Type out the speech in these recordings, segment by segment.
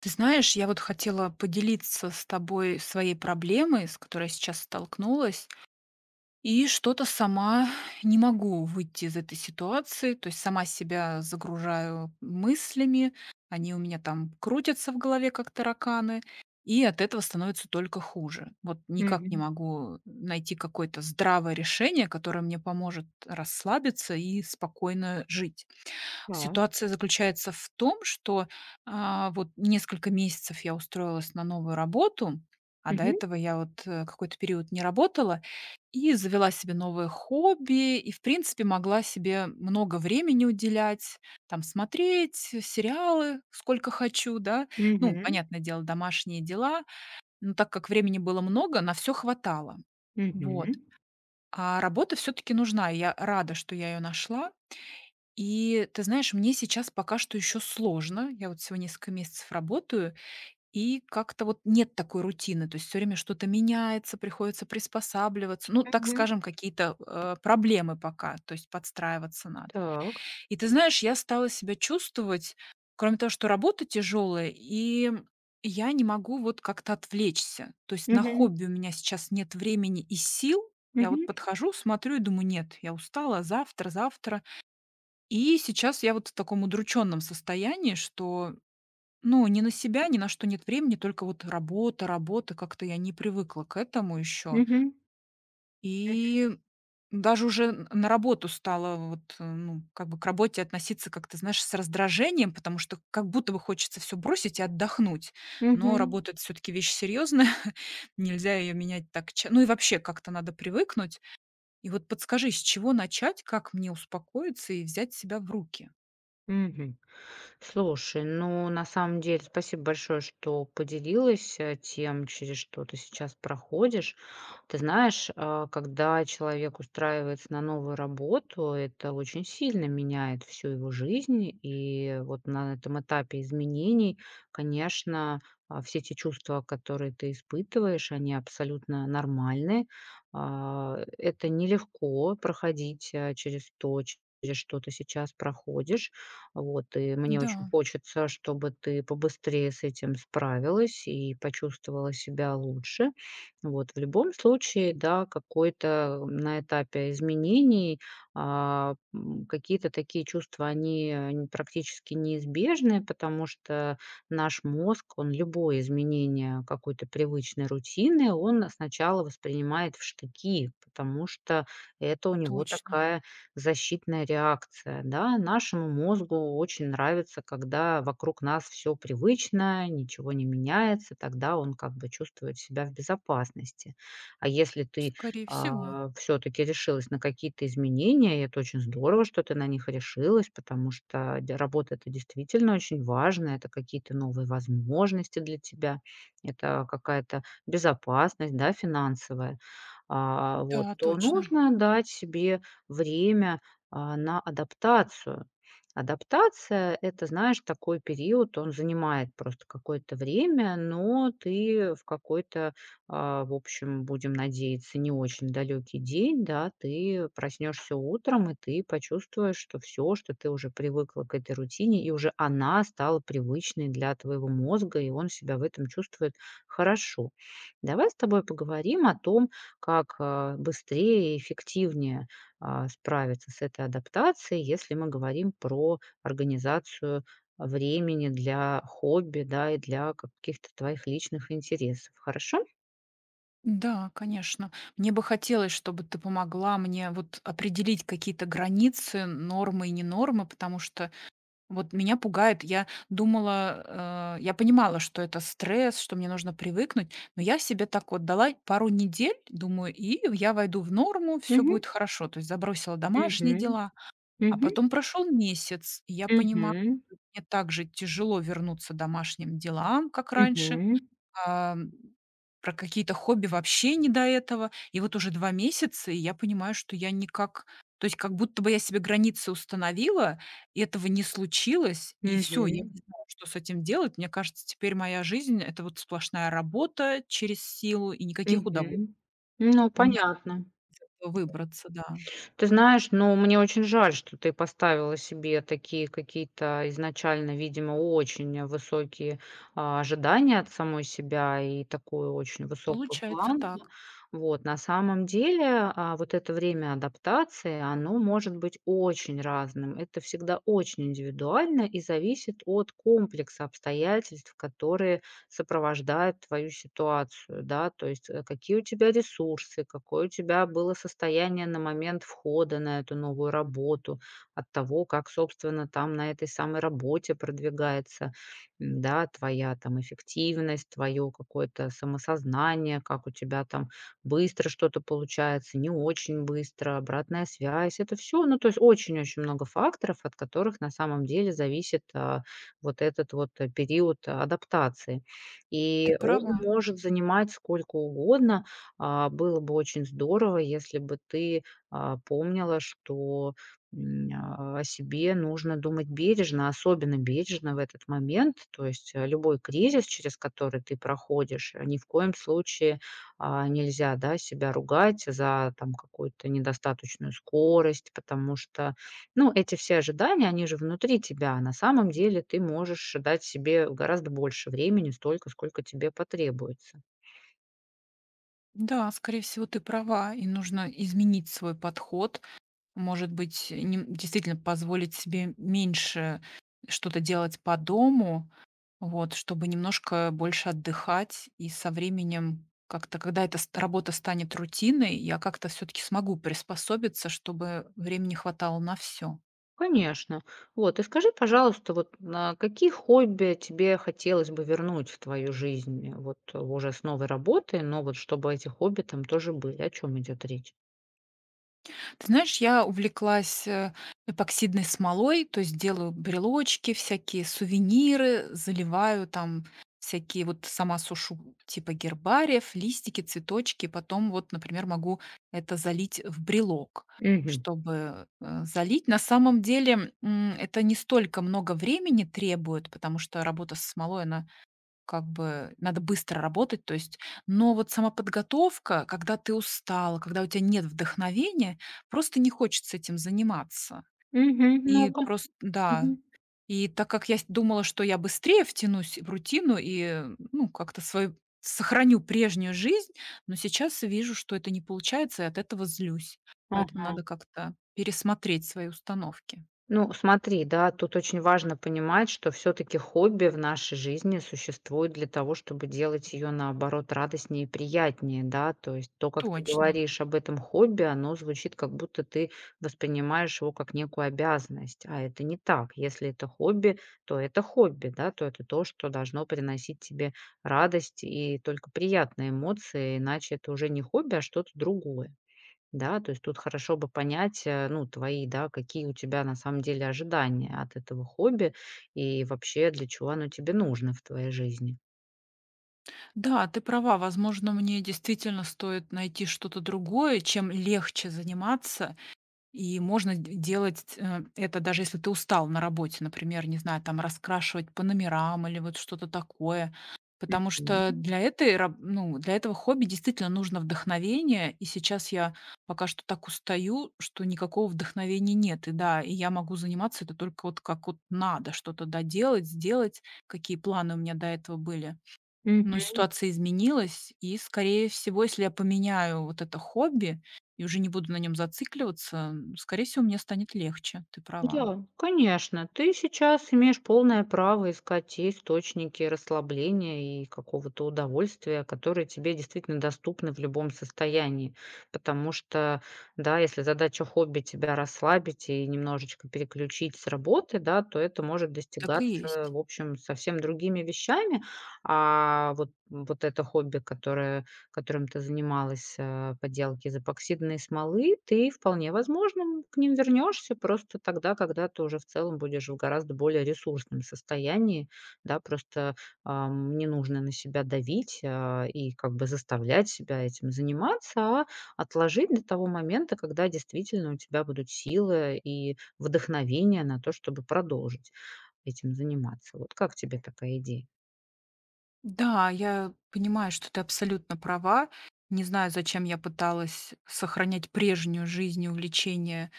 Ты знаешь, я вот хотела поделиться с тобой своей проблемой, с которой я сейчас столкнулась, и что-то сама не могу выйти из этой ситуации, то есть сама себя загружаю мыслями, они у меня там крутятся в голове, как тараканы, и от этого становится только хуже. Вот никак не Мгм. могу найти какое-то здравое решение, которое мне поможет расслабиться и спокойно жить. Так. Ситуация заключается в том, что, вот несколько месяцев я устроилась на новую работу, а до Мгм. этого я вот, какой-то период не работала и завела себе новое хобби, и, в принципе, могла себе много времени уделять, там смотреть сериалы сколько хочу, да. Ну, Мгм. понятное дело, домашние дела, но так как времени было много, на все хватало. Вот. Мгм. А работа все таки нужна, и я рада, что я ее нашла. И ты знаешь, мне сейчас пока что еще сложно. Я вот всего несколько месяцев работаю, и как-то вот нет такой рутины. То есть все время что-то меняется, приходится приспосабливаться. Ну, так Мгм. скажем, какие-то проблемы пока, то есть подстраиваться надо. Так. И ты знаешь, я стала себя чувствовать, кроме того, что работа тяжелая, и я не могу вот как-то отвлечься. То есть на Мгм. хобби у меня сейчас нет времени и сил. Я вот Мгм. подхожу, смотрю и думаю, нет, я устала, завтра, завтра. И сейчас я вот в таком удрученном состоянии, что, ну, ни на себя, ни на что нет времени, только вот работа, работа. Как-то я не привыкла к этому еще. Мгм. И даже уже н на работу стала вот, ну, как бы к работе относиться как-то, знаешь, с раздражением, потому что как будто бы хочется все бросить и отдохнуть. Но Мгм. работа- это всё-таки вещь серьезная, нельзя ее менять так ча ну и вообще как-то надо привыкнуть. И вот подскажи, с чего начать, как мне успокоиться и взять себя в руки? Мгм. Слушай, ну, на самом деле, спасибо большое, что поделилась тем, через что ты сейчас проходишь. Ты знаешь, когда человек устраивается на новую работу, это очень сильно меняет всю его жизнь. И вот на этом этапе изменений, конечно, все те чувства, которые ты испытываешь, они абсолютно нормальны. Это нелегко проходить через то, через что ты сейчас проходишь. Вот, и мне очень Да. хочется, чтобы ты побыстрее с этим справилась и почувствовала себя лучше. Вот, в любом случае, да, какой-то на этапе изменений какие-то такие чувства, они практически неизбежны, потому что наш мозг, он любое изменение какой-то привычной рутины, он сначала воспринимает в штыки, потому что это у него Точно, такая защитная реакция, да. Нашему мозгу очень нравится, когда вокруг нас все привычно, ничего не меняется, тогда он как бы чувствует себя в безопасности. А если ты скорее всего. все таки решилась на какие-то изменения, и это очень здорово, что ты на них решилась, потому что де работа — это действительно очень важно, это какие-то новые возможности для тебя, это какая-то безопасность, да, финансовая. Вот, Да, то точно. нужно дать себе время, на адаптацию. Адаптация — это, знаешь, такой период, он занимает просто какое-то время, но ты в какой-то, в общем, будем надеяться, не очень далекий день, да, ты проснешься утром, и ты почувствуешь, что все что ты уже привыкла к этой рутине, и уже она стала привычной для твоего мозга, и он себя в этом чувствует хорошо. Давай с тобой поговорим о том, как, быстрее и эффективнее, справиться с этой адаптацией, если мы говорим про организацию времени для хобби, да, и для каких-то твоих личных интересов. Хорошо? Да, конечно. Мне бы хотелось, чтобы ты помогла мне вот определить какие-то границы, нормы и не нормы, потому что вот меня пугает. Я думала, я понимала, что это стресс, что мне нужно привыкнуть, но я себе так вот дала пару недель, думаю, и я войду в норму, все Мгм. будет хорошо. То есть забросила домашние Мгм. дела, а Мгм. потом прошел месяц, и я понимаю, Мгм. мне также тяжело вернуться домашним делам, как раньше, Мгм. ам, про какие-то хобби вообще не до этого. И вот уже 2 месяца, и я понимаю, что я никак то есть как будто бы я себе границы установила, и этого не случилось, и все, я Мгм. не знаю, что с этим делать. Мне кажется, теперь моя жизнь- это вот сплошная работа через силу и никаких удовольствий. Мгм. Ну, Помоги понятно. из этого выбраться, да. Ты знаешь, ну, мне очень жаль, что ты поставила себе такие какие-то изначально, видимо, очень высокие, ожидания от самой себя и такую очень высокую Получается планку. так. Вот, на самом деле, вот это время адаптации, оно может быть очень разным. Это всегда очень индивидуально и зависит от комплекса обстоятельств, которые сопровождает твою ситуацию, да, то есть какие у тебя ресурсы, какое у тебя было состояние на момент входа на эту новую работу, от того, как, собственно, там на этой самой работе продвигается, да, твоя там эффективность, твое какое-то самосознание, как у тебя там быстро что-то получается, не очень быстро, обратная связь, это все, ну, то есть очень-очень много факторов, от которых на самом деле зависит, вот этот вот период адаптации. Ты И он права. может занимать сколько угодно. Было бы очень здорово, если бы ты, помнила, что, о себе нужно думать бережно, особенно бережно в этот момент. То есть, любой кризис, через который ты проходишь, ни в коем случае, нельзя, да, себя ругать за там какую-то недостаточную скорость, потому что, ну, эти все ожидания, они же внутри тебя. На самом деле ты можешь дать себе гораздо больше времени, столько, сколько тебе потребуется. Да, скорее всего, ты права, и нужно изменить свой подход. Может быть, нем действительно позволить себе меньше что-то делать по дому, вот, чтобы немножко больше отдыхать. И со временем как-то, когда эта ст работа станет рутиной, я как-то все таки смогу приспособиться, чтобы времени хватало на все. Конечно. Вот, и скажи, пожалуйста, вот на какие хобби тебе хотелось бы вернуть в твою жизнь, вот уже с новой работы, но вот чтобы эти хобби там тоже были. О чем идет речь? Ты знаешь, я увлеклась, эпоксидной смолой, то есть делаю брелочки всякие, сувениры, заливаю там всякие вот сама сушу типа гербариев, листики, цветочки. Потом вот, например, могу это залить в брелок. Угу. Чтобы, залить, на самом деле, это не столько много времени требует, потому что работа с смолой, она как бы надо быстро работать, то есть но вот сама подготовка, когда ты устал, когда у тебя нет вдохновения, просто не хочется этим заниматься. Угу. И Ну-ка. просто, да, Мгм. и так как я с думала, что я быстрее втянусь в рутину и, ну, как-то свою сохраню прежнюю жизнь, но сейчас вижу, что это не получается, и от этого злюсь. Поэтому надо как-то пересмотреть свои установки. Ну, смотри, да, тут очень важно понимать, что все-таки хобби в нашей жизни существует для того, чтобы делать ее, наоборот, радостнее и приятнее, да, то есть то, как ты Точно. говоришь об этом хобби, оно звучит, как будто ты воспринимаешь его как некую обязанность, а это не так. Если это хобби, то это хобби, да, то это то, что должно приносить тебе радость и только приятные эмоции, иначе это уже не хобби, а что-то другое. Да, то есть тут хорошо бы понять, ну, твои, да, какие у тебя на самом деле ожидания от этого хобби и вообще для чего оно тебе нужно в твоей жизни. Да, ты права. Возможно, мне действительно стоит найти что-то другое, чем легче заниматься. И можно делать это даже если ты устал на работе, например, не знаю, там раскрашивать по номерам или вот что-то такое. Потому что для, этой, ну, для этого хобби действительно нужно вдохновение. И сейчас я пока что так устаю, что никакого вдохновения нет. И да, и я могу заниматься это только вот как вот надо, что-то доделать, сделать, какие планы у меня до этого были. Но Мгм. ситуация изменилась, и, скорее всего, если я поменяю вот это хобби и уже не буду на нем зацикливаться, скорее всего, мне станет легче. Ты права. Да, конечно, ты сейчас имеешь полное право искать те источники расслабления и какого-то удовольствия, которые тебе действительно доступны в любом состоянии. Потому что, да, если задача хобби тебя расслабить и немножечко переключить с работы, да, то это может Так и достигаться, есть. в общем, совсем другими вещами. А вот, вот это хобби, которое которым ты занималась, поделки из эпоксидной смолы, ты вполне возможно к ним вернешься просто тогда, когда ты уже в целом будешь в гораздо более ресурсном состоянии, да, просто не нужно на себя давить, и как бы заставлять себя этим заниматься, а отложить до того момента, когда действительно у тебя будут силы и вдохновение на то, чтобы продолжить этим заниматься. Вот как тебе такая идея? Да, я понимаю, что ты абсолютно права. Не знаю, зачем я пыталась сохранять прежнюю жизнь и увлечение,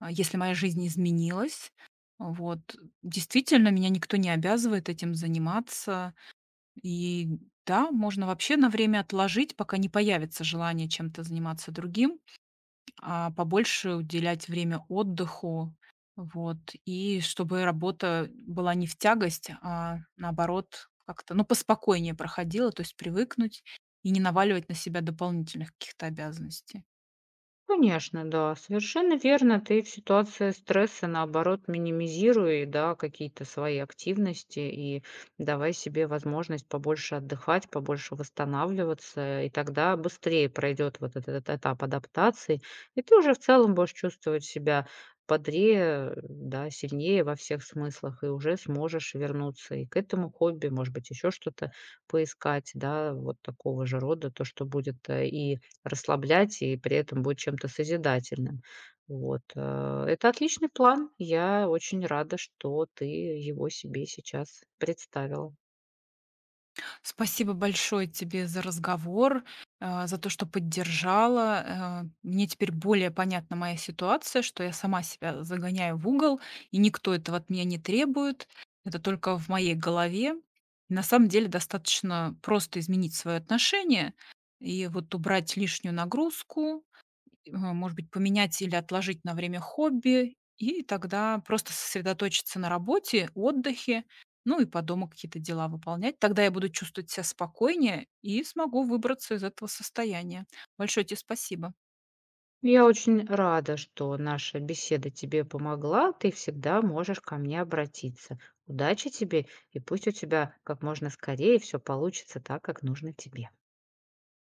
если моя жизнь изменилась. Вот. Действительно, меня никто не обязывает этим заниматься. И да, можно вообще на время отложить, пока не появится желание чем-то заниматься другим. Побольше уделять время отдыху, вот, и чтобы работа была не в тягость, а наоборот как-то, ну, поспокойнее проходила, то есть привыкнуть и не наваливать на себя дополнительных каких-то обязанностей. Конечно, да, совершенно верно. Ты в ситуации стресса, наоборот, минимизируй, да, какие-то свои активности и давай себе возможность побольше отдыхать, побольше восстанавливаться, и тогда быстрее пройдет вот этот этап адаптации, и ты уже в целом будешь чувствовать себя бодрее, да, сильнее во всех смыслах, и уже сможешь вернуться и к этому хобби, может быть, еще что-то поискать, да, вот такого же рода, то, что будет и расслаблять, и при этом будет чем-то созидательным. Вот, это отличный план. Я очень рада, что ты его себе сейчас представила. Спасибо большое тебе за разговор, за то, что поддержала. Мне теперь более понятна моя ситуация, что я сама себя загоняю в угол, и никто этого от меня не требует. Это только в моей голове. На самом деле достаточно просто изменить свое отношение и вот убрать лишнюю нагрузку, может быть, поменять или отложить на время хобби, и тогда просто сосредоточиться на работе, отдыхе, ну и по дому какие-то дела выполнять. Тогда я буду чувствовать себя спокойнее и смогу выбраться из этого состояния. Большое тебе спасибо. Я очень рада, что наша беседа тебе помогла. Ты всегда можешь ко мне обратиться. Удачи тебе, и пусть у тебя как можно скорее все получится так, как нужно тебе.